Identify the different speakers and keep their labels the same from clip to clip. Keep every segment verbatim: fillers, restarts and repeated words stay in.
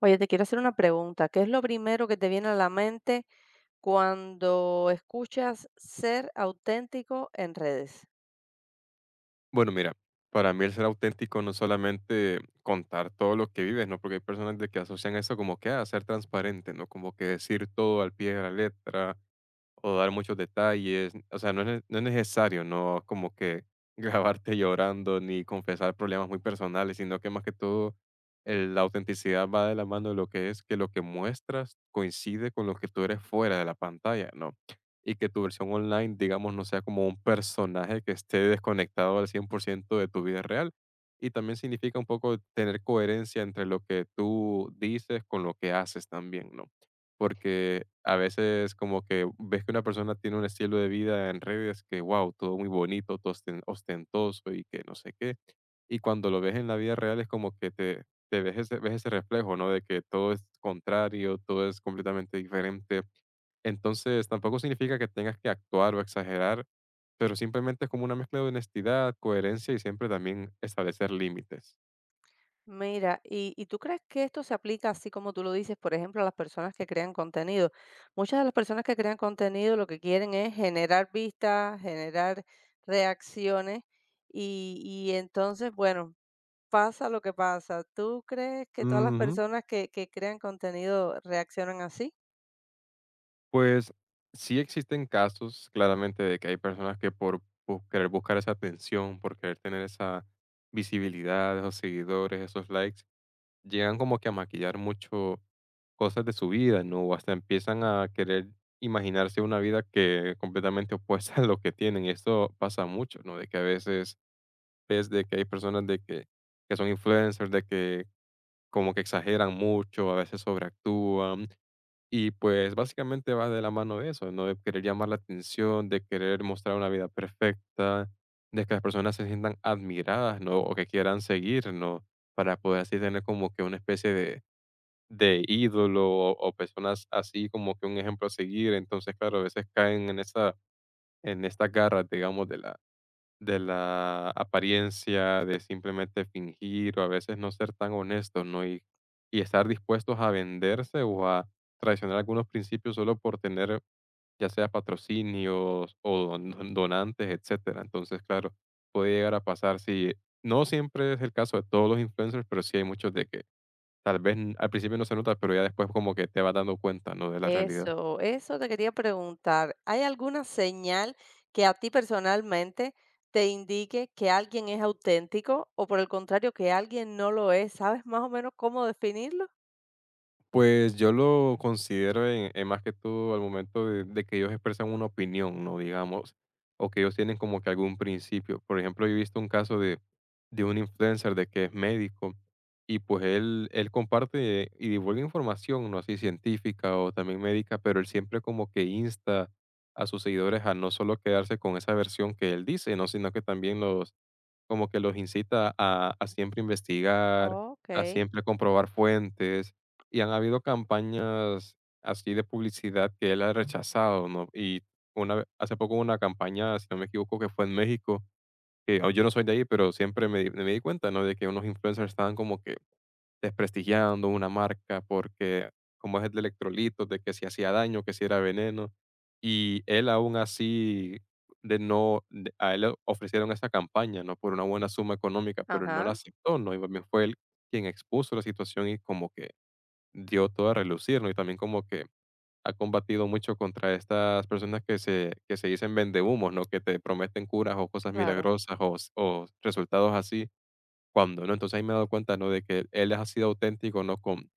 Speaker 1: Oye, te quiero hacer una pregunta. ¿Qué es lo primero que te viene a la mente cuando escuchas ser auténtico en redes?
Speaker 2: Bueno, mira, para mí el ser auténtico no es solamente contar todo lo que vives, ¿no? Porque hay personas de que asocian eso como que a ser transparente, ¿no? Como que decir todo al pie de la letra, o dar muchos detalles. O sea, no es, ne- no es necesario, no como que grabarte llorando ni confesar problemas muy personales, sino que más que todo el- la autenticidad va de la mano de lo que es que lo que muestras coincide con lo que tú eres fuera de la pantalla, ¿no? Y que tu versión online, digamos, no sea como un personaje que esté desconectado al cien por ciento de tu vida real. Y también significa un poco tener coherencia entre lo que tú dices con lo que haces también, ¿no? Porque a veces como que ves que una persona tiene un estilo de vida en redes que, wow, todo muy bonito, todo osten- ostentoso y que no sé qué. Y cuando lo ves en la vida real es como que te, te ves, ese, ves ese reflejo, ¿no? De que todo es contrario, todo es completamente diferente. Entonces, tampoco significa que tengas que actuar o exagerar, pero simplemente es como una mezcla de honestidad, coherencia y siempre también establecer límites.
Speaker 1: Mira, ¿y, y tú crees que esto se aplica así como tú lo dices, por ejemplo, a las personas que crean contenido? Muchas de las personas que crean contenido lo que quieren es generar vistas, generar reacciones y, y entonces, bueno, pasa lo que pasa. ¿Tú crees que todas las
Speaker 2: Ujú.
Speaker 1: personas que, que crean contenido reaccionan así?
Speaker 2: Pues sí existen casos claramente de que hay personas que por bus- querer buscar esa atención, por querer tener esa visibilidad, esos seguidores, esos likes, llegan como que a maquillar mucho cosas de su vida, ¿no? O hasta empiezan a querer imaginarse una vida que completamente opuesta a lo que tienen. Y esto pasa mucho, ¿no? De que a veces ves de que hay personas de que, que son influencers, de que como que exageran mucho, a veces sobreactúan y pues básicamente va de la mano de eso, ¿no? De querer llamar la atención, de querer mostrar una vida perfecta, de que las personas se sientan admiradas, ¿no? O que quieran seguir, ¿no? Para poder así tener como que una especie de, de ídolo o, o personas así como que un ejemplo a seguir. Entonces, claro, a veces caen en esa, en estas garras, digamos, de la, de la apariencia, de simplemente fingir o a veces no ser tan honestos, ¿no? Y, y estar dispuestos a venderse o a traicionar algunos principios solo por tener ya sea patrocinios o don- donantes, etcétera. Entonces, claro, puede llegar a pasar si no siempre es el caso de todos los influencers, pero sí hay muchos de que tal vez n- al principio no se nota, pero ya después como que te vas dando cuenta, ¿no? De la realidad.
Speaker 1: Eso, eso te quería preguntar. ¿Hay alguna señal que a ti personalmente te indique que alguien es auténtico o por el contrario que alguien no lo es? ¿Sabes más o menos cómo definirlo?
Speaker 2: Pues yo lo considero en, en más que todo al momento de, de que ellos expresan una opinión, ¿no? Digamos, o que ellos tienen como que algún principio. Por ejemplo, yo he visto un caso de, de un influencer de que es médico y pues él, él comparte y divulga información, no así científica o también médica, pero él siempre como que insta a sus seguidores a no solo quedarse con esa versión que él dice, ¿no? Sino que también los como que los incita a a siempre investigar,
Speaker 1: Ok,
Speaker 2: a siempre comprobar fuentes, y han habido campañas así de publicidad que él ha rechazado, ¿no? Y una ve hace poco hubo una campaña, si no me equivoco, que fue en México, que, oh, yo no soy de ahí, pero siempre me di me di cuenta, ¿no?, de que unos influencers estaban como que desprestigiando una marca porque como es el de electrolitos, de que si hacía daño, que si era veneno, y él aún así de no de- a él le ofrecieron esa campaña, ¿no? Por una buena suma económica, pero él no la
Speaker 1: ajá,
Speaker 2: aceptó, ¿no? Y más bien fue él quien expuso la situación y como que dio todo a relucir, ¿no? Y también como que ha combatido mucho contra estas personas que se, que se dicen vendehumos, ¿no? Que te prometen curas o cosas
Speaker 1: claro.
Speaker 2: milagrosas o, s- o resultados así cuándo, ¿no? Entonces ahí me he dado cuenta, ¿no? De que él ha sido auténtico, ¿no? Con,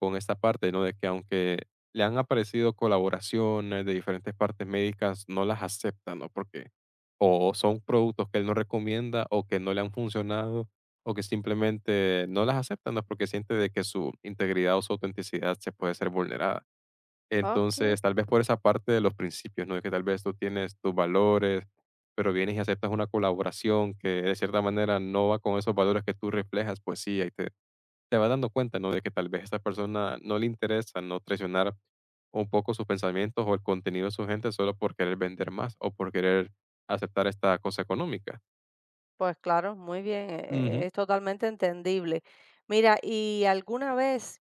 Speaker 2: con esta parte, ¿no? De que aunque le han aparecido colaboraciones de diferentes partes médicas, no las acepta, ¿no? Porque o son productos que él no recomienda o que no le han funcionado o que simplemente no las acepta, ¿no? Porque siente de que su integridad o su autenticidad se puede ser vulnerada.
Speaker 1: Ok,
Speaker 2: Entonces, tal vez por esa parte de los principios, ¿no? De que tal vez tú tienes tus valores, pero vienes y aceptas una colaboración que de cierta manera no va con esos valores que tú reflejas, pues sí, ahí te, te vas dando cuenta, ¿no? De que tal vez a esta persona no le interesa no traicionar un poco sus pensamientos o el contenido de su gente solo por querer vender más o por querer aceptar esta cosa económica.
Speaker 1: pues claro, muy bien, e- e-
Speaker 2: Ujú,
Speaker 1: e, es totalmente entendible. Mira, ¿y alguna vez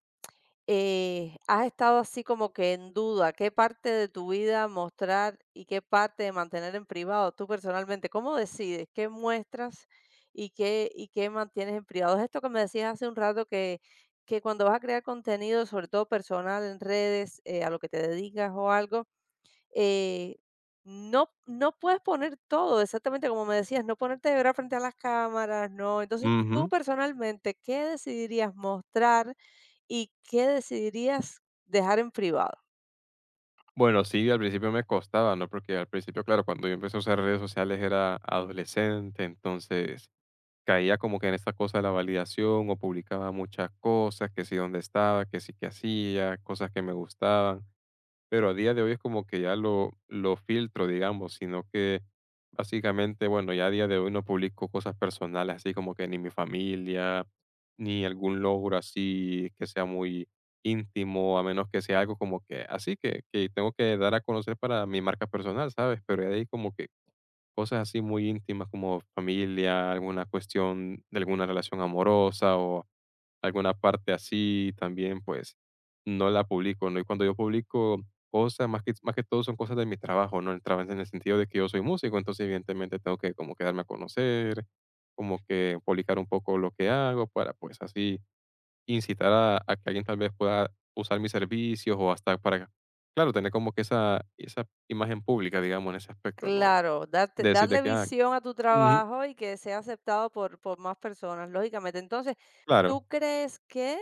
Speaker 1: eh, has estado así como que en duda, qué parte de tu vida mostrar y qué parte de mantener en privado, tú personalmente, ¿cómo decides qué muestras y qué, y qué mantienes en privado? Es esto que me decías hace un rato que, que cuando vas a crear contenido, sobre todo personal en redes, eh, a lo que te dedicas o algo, eh, no, no puedes poner todo, exactamente como me decías, no ponerte de verdad frente a las cámaras, no. Entonces, tú
Speaker 2: ujú.
Speaker 1: personalmente, ¿qué decidirías mostrar y qué decidirías dejar en privado?
Speaker 2: Bueno, sí, al principio me costaba, ¿no? Porque al principio, claro, cuando yo empecé a usar redes sociales era adolescente, entonces caía como que en esta cosa de la validación o publicaba muchas cosas, que sí dónde estaba, que sí que hacía, cosas que me gustaban, pero a día de hoy es como que ya lo, lo filtro, digamos, sino que básicamente, bueno, ya a día de hoy no publico cosas personales, así como que ni mi familia, ni algún logro así que sea muy íntimo, a menos que sea algo como que así que, que tengo que dar a conocer para mi marca personal, ¿sabes? Pero de ahí como que cosas así muy íntimas como familia, alguna cuestión de alguna relación amorosa o alguna parte así también, pues no la publico, ¿no? Y cuando yo publico cosas, más que, más que todo son cosas de mi trabajo, ¿no? El trabajo en el sentido de que yo soy músico, entonces evidentemente tengo que como que darme a conocer, como que publicar un poco lo que hago para pues así incitar a, a que alguien tal vez pueda usar mis servicios o hasta para, claro, tener como que esa, esa imagen pública, digamos, en ese aspecto, ¿no? De,
Speaker 1: Claro, darte
Speaker 2: decir de
Speaker 1: darle
Speaker 2: que, ah,
Speaker 1: visión a tu
Speaker 2: ujú,
Speaker 1: trabajo y que sea aceptado por por más personas, lógicamente. Entonces,
Speaker 2: claro,
Speaker 1: ¿tú crees que,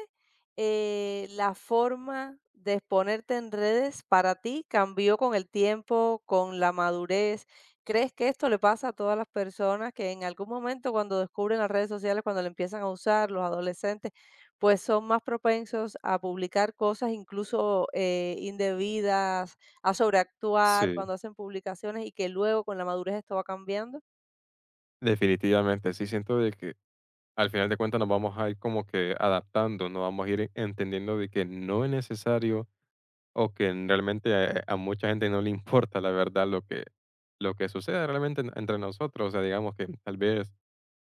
Speaker 1: eh, la forma de exponerte en redes para ti cambió con el tiempo, con la madurez? ¿Crees que esto le pasa a todas las personas que en algún momento cuando descubren las redes sociales, cuando le empiezan a usar, los adolescentes, pues son más propensos a publicar cosas incluso, eh, indebidas, a sobreactuar,
Speaker 2: sí,
Speaker 1: cuando hacen publicaciones y que luego con la madurez esto va cambiando?
Speaker 2: definitivamente. Sí siento de que al final de cuentas nos vamos a ir como que adaptando, nos vamos a ir entendiendo de que no es necesario o que en- realmente a, eh, a mucha gente no le importa la verdad lo que, lo que sucede realmente en- entre nosotros. O sea, digamos que tal vez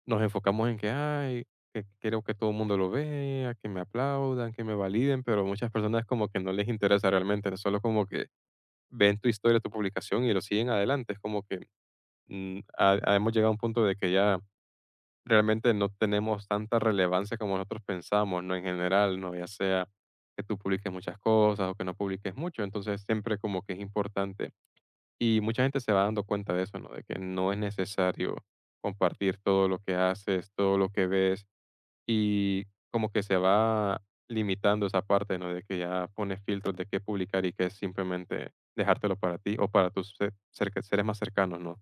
Speaker 2: nos enfocamos en que, ay, que quiero que todo el mundo lo vea, que me aplaudan, que me validen, pero muchas personas como que no les interesa realmente, solo como que ven tu historia, tu publicación y lo siguen adelante. Es como que mm, ha- ha- hemos llegado a un punto de que ya realmente no tenemos tanta relevancia como nosotros pensamos, ¿no? En general, ¿no? Ya sea que tú publiques muchas cosas o que no publiques mucho, entonces siempre como que es importante. Y mucha gente se va dando cuenta de eso, ¿no? De que no es necesario compartir todo lo que haces, todo lo que ves y como que se va limitando esa parte, ¿no? De que ya pones filtros de qué publicar y qué simplemente dejártelo para ti o para tus se- cerca- seres más cercanos, ¿no?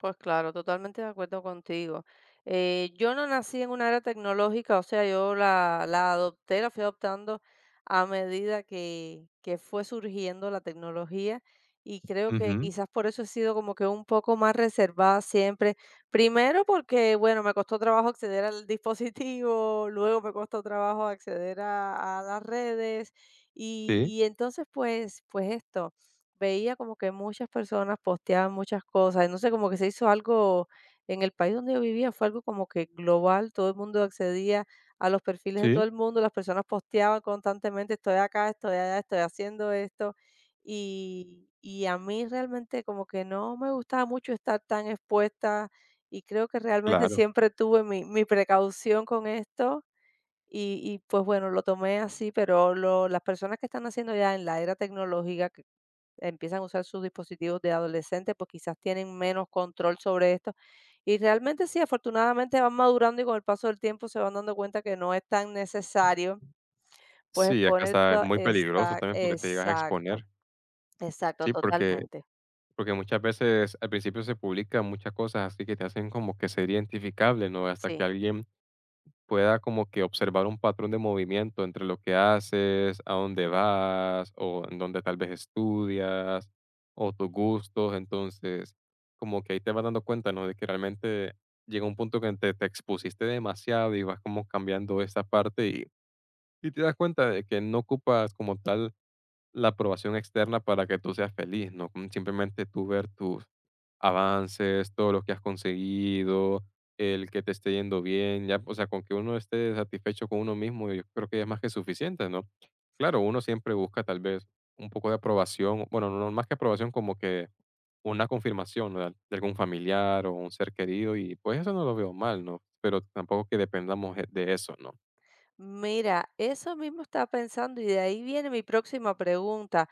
Speaker 1: Pues claro, totalmente de acuerdo contigo. Eh, yo no nací en una era tecnológica, o sea, yo la, la adopté, la fui adoptando a medida que, que fue surgiendo la tecnología y creo que
Speaker 2: Ujú.
Speaker 1: quizás por eso he sido como que un poco más reservada siempre. Primero porque, bueno, me costó trabajo acceder al dispositivo, luego me costó trabajo acceder a, a las redes y,
Speaker 2: Sí,
Speaker 1: y entonces pues, pues esto veía como que muchas personas posteaban muchas cosas, y no sé, como que se hizo algo en el país donde yo vivía, fue algo como que global, todo el mundo accedía a los perfiles de todo
Speaker 2: sí.
Speaker 1: el mundo, las personas posteaban constantemente, estoy acá, estoy allá, estoy haciendo esto, y, y a mí realmente como que no me gustaba mucho estar tan expuesta y creo que realmente
Speaker 2: Claro.
Speaker 1: siempre tuve mi, mi precaución con esto. Y, y pues bueno, lo tomé así, pero lo- las personas que están haciendo ya en la era tecnológica, que empiezan a usar sus dispositivos de adolescente, pues quizás tienen menos control sobre esto. Y realmente sí, afortunadamente van madurando y con el paso del tiempo se van dando cuenta que no es tan necesario, pues
Speaker 2: Sí, es que
Speaker 1: exponer
Speaker 2: hasta es
Speaker 1: to-
Speaker 2: muy peligroso
Speaker 1: esa-
Speaker 2: también porque te llegas a
Speaker 1: exacto,
Speaker 2: exponer.
Speaker 1: exacto,
Speaker 2: Sí, porque
Speaker 1: totalmente.
Speaker 2: porque muchas veces al principio se publican muchas cosas así que te hacen como que ser identificable, ¿no? Hasta que
Speaker 1: Sí.
Speaker 2: alguien pueda como que observar un patrón de movimiento entre lo que haces, a dónde vas o en dónde tal vez estudias o tus gustos. Entonces, como que ahí te vas dando cuenta, ¿no? De que realmente llega un punto que te, te expusiste demasiado y vas como cambiando esa parte y y te das cuenta de que no ocupas como tal la aprobación externa para que tú seas feliz, ¿no? Como simplemente tú ver tus avances, todo lo que has conseguido, el que te esté yendo bien, ya, o sea, con que uno esté satisfecho con uno mismo, yo creo que es más que suficiente, ¿no? Claro, uno siempre busca tal vez un poco de aprobación, bueno, no no, más que aprobación, como que una confirmación, ¿no? De algún familiar o un ser querido, y pues eso no lo veo mal, ¿no? Pero tampoco que dependamos de de eso, ¿no?
Speaker 1: Mira, eso mismo estaba pensando y de ahí viene mi próxima pregunta.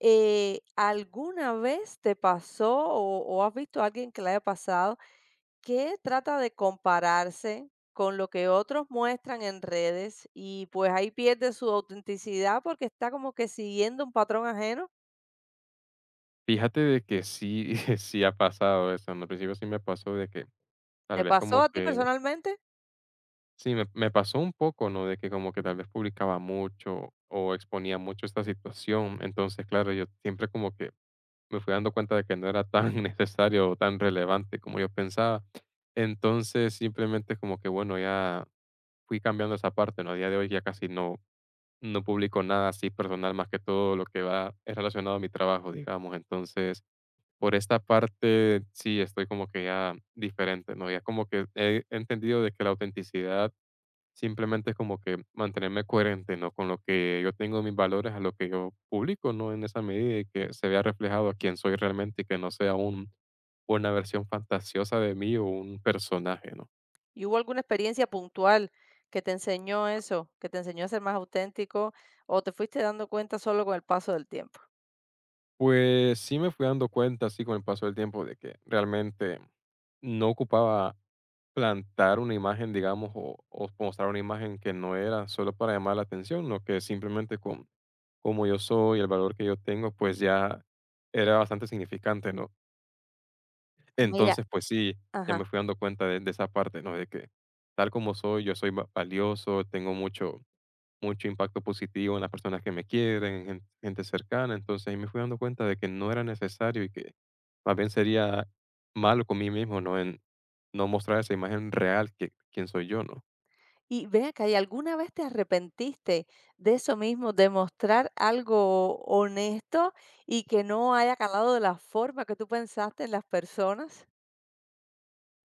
Speaker 1: Eh, ¿alguna vez te pasó o, o has visto a alguien que le haya pasado, que trata de compararse con lo que otros muestran en redes y pues ahí pierde su autenticidad porque está como que siguiendo un patrón ajeno?
Speaker 2: Fíjate de que sí, sí ha pasado eso. Al principio sí me pasó de que tal
Speaker 1: ¿Te
Speaker 2: vez
Speaker 1: pasó
Speaker 2: como
Speaker 1: a ti
Speaker 2: que
Speaker 1: personalmente?
Speaker 2: sí, me, me pasó un poco, ¿no? De que como que tal vez publicaba mucho o exponía mucho esta situación. Entonces, claro, yo siempre como que me fui dando cuenta de que no era tan necesario o tan relevante como yo pensaba. Entonces, simplemente como que, bueno, ya fui cambiando esa parte, ¿no? A día de hoy ya casi no, no publico nada así personal, más que todo lo que va es relacionado a mi trabajo, digamos. Entonces, por esta parte sí estoy como que ya diferente, ¿no? Ya como que he entendido de que la autenticidad simplemente es como que mantenerme coherente, ¿no? Con lo que yo tengo mis valores, a lo que yo publico, ¿no? En esa medida y que se vea reflejado a quién soy realmente y que no sea un, una versión fantasiosa de mí o un personaje, ¿no?
Speaker 1: ¿Y hubo alguna experiencia puntual que te enseñó eso, que te enseñó a ser más auténtico o te fuiste dando cuenta solo con el paso del tiempo?
Speaker 2: Pues sí me fui dando cuenta, así con el paso del tiempo, de que realmente no ocupaba plantar una imagen, digamos, o, o mostrar una imagen que no era solo para llamar la atención, no que simplemente con como yo soy, el valor que yo tengo, pues ya era bastante significante, ¿no?
Speaker 1: Mira,
Speaker 2: Entonces, pues sí, ya
Speaker 1: ajá.
Speaker 2: me fui dando cuenta de, de esa parte, ¿no? De que tal como soy, yo soy va- valioso, tengo mucho, mucho impacto positivo en las personas que me quieren, gen gente cercana. Entonces, ahí me fui dando cuenta de que no era necesario y que más bien sería malo conmigo mismo, ¿no? En no mostrar esa imagen real que quién soy yo, ¿no?
Speaker 1: Y ven acá, ¿y alguna vez te arrepentiste de eso mismo, de mostrar algo honesto y que no haya calado de la forma que tú pensaste en las personas?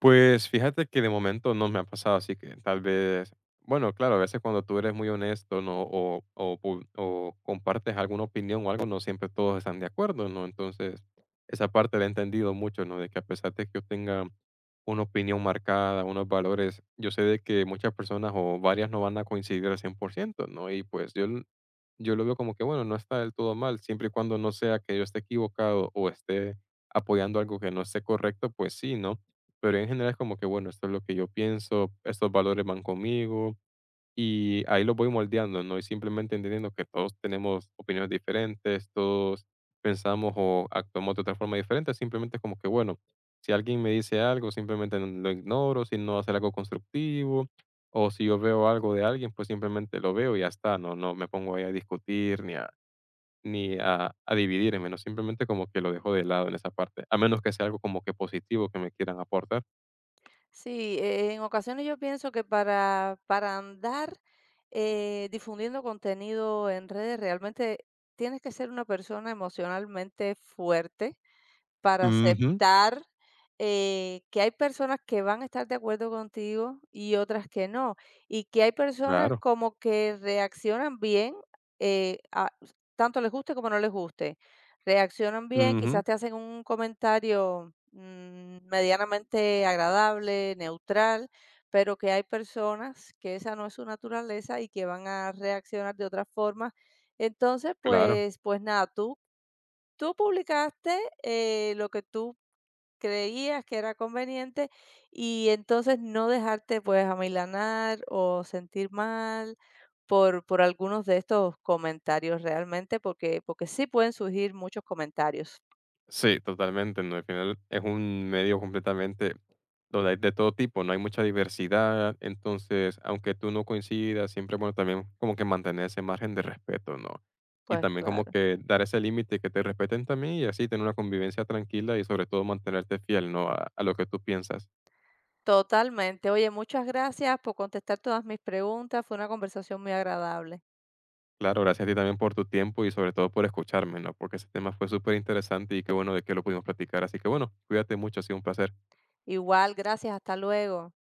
Speaker 2: Pues fíjate que de momento no me ha pasado, así que tal vez, bueno, claro, a veces cuando tú eres muy honesto, ¿no? o, o, pu- o compartes alguna opinión o algo, no siempre todos están de acuerdo, ¿no? Entonces, esa parte la he entendido mucho, ¿no? De que a pesar de que yo tenga una opinión marcada, unos valores, yo sé de que muchas personas o varias no van a coincidir al cien por ciento, ¿no? Y pues yo yo lo veo como que, bueno, no está del todo mal, siempre y cuando no sea que yo esté equivocado o esté apoyando algo que no esté correcto, pues sí, ¿no? Pero en general es como que, bueno, esto es lo que yo pienso, estos valores van conmigo, y ahí los voy moldeando, ¿no? Y simplemente entendiendo que todos tenemos opiniones diferentes, todos pensamos o actuamos de otra forma diferente, simplemente es como que, bueno, si alguien me dice algo, simplemente lo ignoro, si no hace algo constructivo, o si yo veo algo de alguien, pues simplemente lo veo y ya está, no, no me pongo ahí a discutir ni a, ni a, a dividirme, ¿no? Simplemente como que lo dejo de lado en esa parte, a menos que sea algo como que positivo que me quieran aportar.
Speaker 1: Sí, eh, en ocasiones yo pienso que para, para andar eh, difundiendo contenido en redes realmente tienes que ser una persona emocionalmente fuerte para
Speaker 2: Ujú,
Speaker 1: aceptar, eh, que hay personas que van a estar de acuerdo contigo y otras que no, y que hay personas
Speaker 2: claro,
Speaker 1: como que reaccionan bien, eh, a tanto les guste como no les guste. Reaccionan bien, quizás
Speaker 2: ujú,
Speaker 1: te hacen un comentario, mm, medianamente agradable, neutral, pero que hay personas que esa no es su naturaleza y que van a reaccionar de otra forma. Entonces,
Speaker 2: claro.
Speaker 1: pues pues nada, tú... Tú publicaste, eh, lo que tú creías que era conveniente y entonces no dejarte, pues, amilanar o sentir mal por por algunos de estos comentarios realmente, porque porque sí pueden surgir muchos comentarios.
Speaker 2: Sí, totalmente, ¿no? Al final es un medio completamente donde hay de todo tipo, no hay mucha diversidad, entonces, aunque tú no coincidas, siempre, bueno, también como que mantener ese margen de respeto, ¿no? Y
Speaker 1: Pues
Speaker 2: también como
Speaker 1: claro.
Speaker 2: que dar ese límite que te respeten también y así tener una convivencia tranquila y sobre todo mantenerte fiel, ¿no? A, a lo que tú piensas.
Speaker 1: Totalmente. Oye, muchas gracias por contestar todas mis preguntas. Fue una conversación muy agradable.
Speaker 2: Claro, gracias a ti también por tu tiempo y sobre todo por escucharme, ¿no? Porque ese tema fue súper interesante y qué bueno de que lo pudimos platicar. Así que bueno, cuídate mucho, ha sido un placer.
Speaker 1: Igual, gracias. Hasta luego.